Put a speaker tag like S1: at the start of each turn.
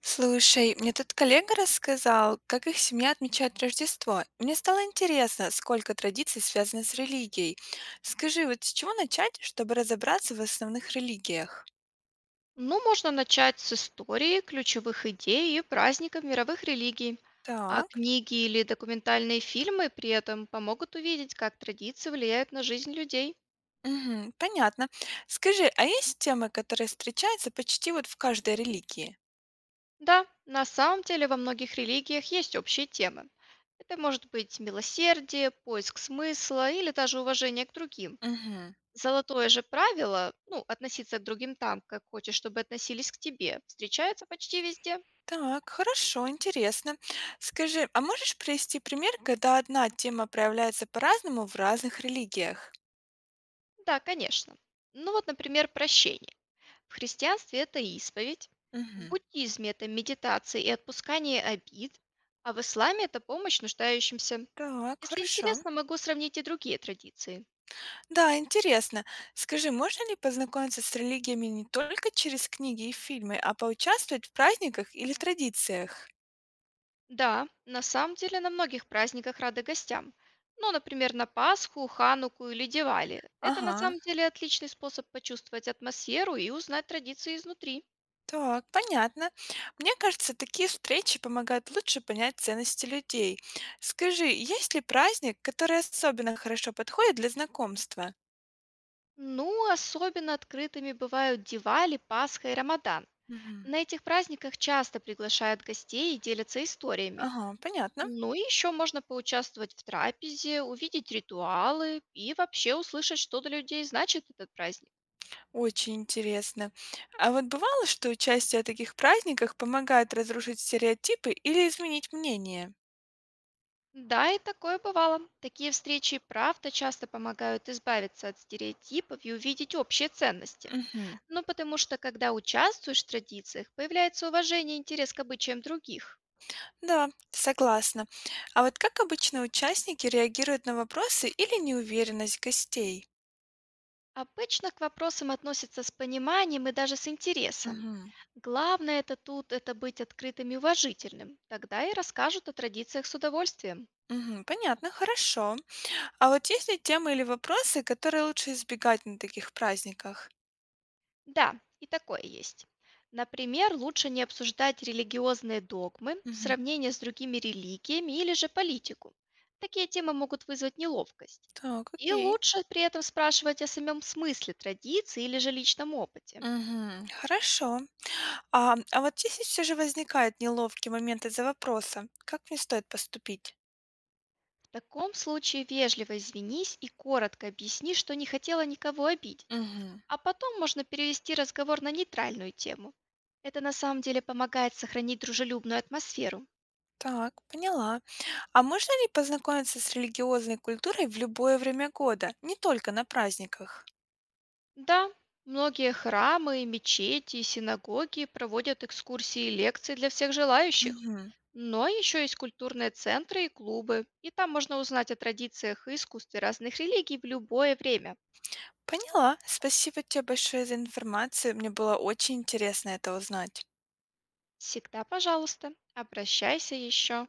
S1: Слушай, мне тут коллега рассказал, как их семья отмечает Рождество. Мне стало интересно, сколько традиций связано с религией. Скажи, вот с чего начать, чтобы разобраться в основных религиях?
S2: Ну, можно начать с истории, ключевых идей и праздников мировых религий. А
S1: Так,
S2: книги или документальные фильмы при этом помогут увидеть, как традиции влияют на жизнь людей.
S1: мгм, понятно. Скажи, а есть темы, которые встречаются почти вот в каждой религии?
S2: Да, на самом деле во многих религиях есть общие темы. Это может быть милосердие, поиск смысла или даже уважение к другим.
S1: Мгм.
S2: Золотое же правило, ну, относиться к другим там, как хочешь, чтобы относились к тебе, встречается почти везде.
S1: Так, хорошо, интересно. Скажи, а можешь привести пример, когда одна тема проявляется по-разному в разных религиях?
S2: Да, конечно. Ну вот, например, прощение. В христианстве это исповедь, в
S1: Мгм.
S2: буддизме это медитация и отпускание обид, а в исламе это помощь нуждающимся.
S1: Так,
S2: Если
S1: хорошо.
S2: интересно, могу сравнить и другие традиции.
S1: Да, интересно. Скажи, можно ли познакомиться с религиями не только через книги и фильмы, а поучаствовать в праздниках или традициях?
S2: Да, на самом деле на многих праздниках рады гостям. Ну, например, на Пасху, Хануку или Дивали. Это на
S1: Ага,
S2: самом деле отличный способ почувствовать атмосферу и узнать традиции изнутри.
S1: так, понятно. Мне кажется, такие встречи помогают лучше понять ценности людей. Скажи, есть ли праздник, который особенно хорошо подходит для знакомства?
S2: Ну, особенно открытыми бывают Дивали, Пасха и Рамадан.
S1: Мгм.
S2: На этих праздниках часто приглашают гостей и делятся историями.
S1: Ага, понятно.
S2: Ну и еще можно поучаствовать в трапезе, увидеть ритуалы и вообще услышать, что для людей значит этот праздник.
S1: Очень интересно. А вот бывало, что участие в таких праздниках помогает разрушить стереотипы или изменить мнение?
S2: Да, и такое бывало. Такие встречи и правда часто помогают избавиться от стереотипов и увидеть общие ценности.
S1: Мгм.
S2: Ну потому что, когда участвуешь в традициях, появляется уважение и интерес к обычаям других.
S1: Да, согласна. А вот как обычно участники реагируют на вопросы или неуверенность гостей?
S2: Обычно к вопросам относятся с пониманием и даже с интересом.
S1: Мгм.
S2: Главное это тут, это быть открытым и уважительным. Тогда и расскажут о традициях с удовольствием.
S1: Мгм. Понятно, хорошо. А вот есть ли темы или вопросы, которые лучше избегать на таких праздниках?
S2: Да, и такое есть. Например, лучше не обсуждать религиозные догмы,
S1: Мгм.
S2: сравнение с другими религиями или же политику. Такие темы могут вызвать неловкость.
S1: Так,
S2: И
S1: окей.
S2: лучше при этом спрашивать о самом смысле традиции или же личном опыте.
S1: Мгм. Хорошо. А вот если все же возникает неловкий момент из-за вопроса, как мне стоит поступить?
S2: В таком случае вежливо извинись и коротко объясни, что не хотела никого обидеть.
S1: Мгм.
S2: А потом можно перевести разговор на нейтральную тему. Это на самом деле помогает сохранить дружелюбную атмосферу.
S1: Так, поняла. А можно ли познакомиться с религиозной культурой в любое время года, не только на праздниках?
S2: Да, многие храмы, мечети, синагоги проводят экскурсии и лекции для всех желающих.
S1: Мгм.
S2: Но еще есть культурные центры и клубы, и там можно узнать о традициях и искусстве разных религий в любое время.
S1: Поняла. Спасибо тебе большое за информацию. Мне было очень интересно это узнать.
S2: Всегда, пожалуйста, обращайся еще.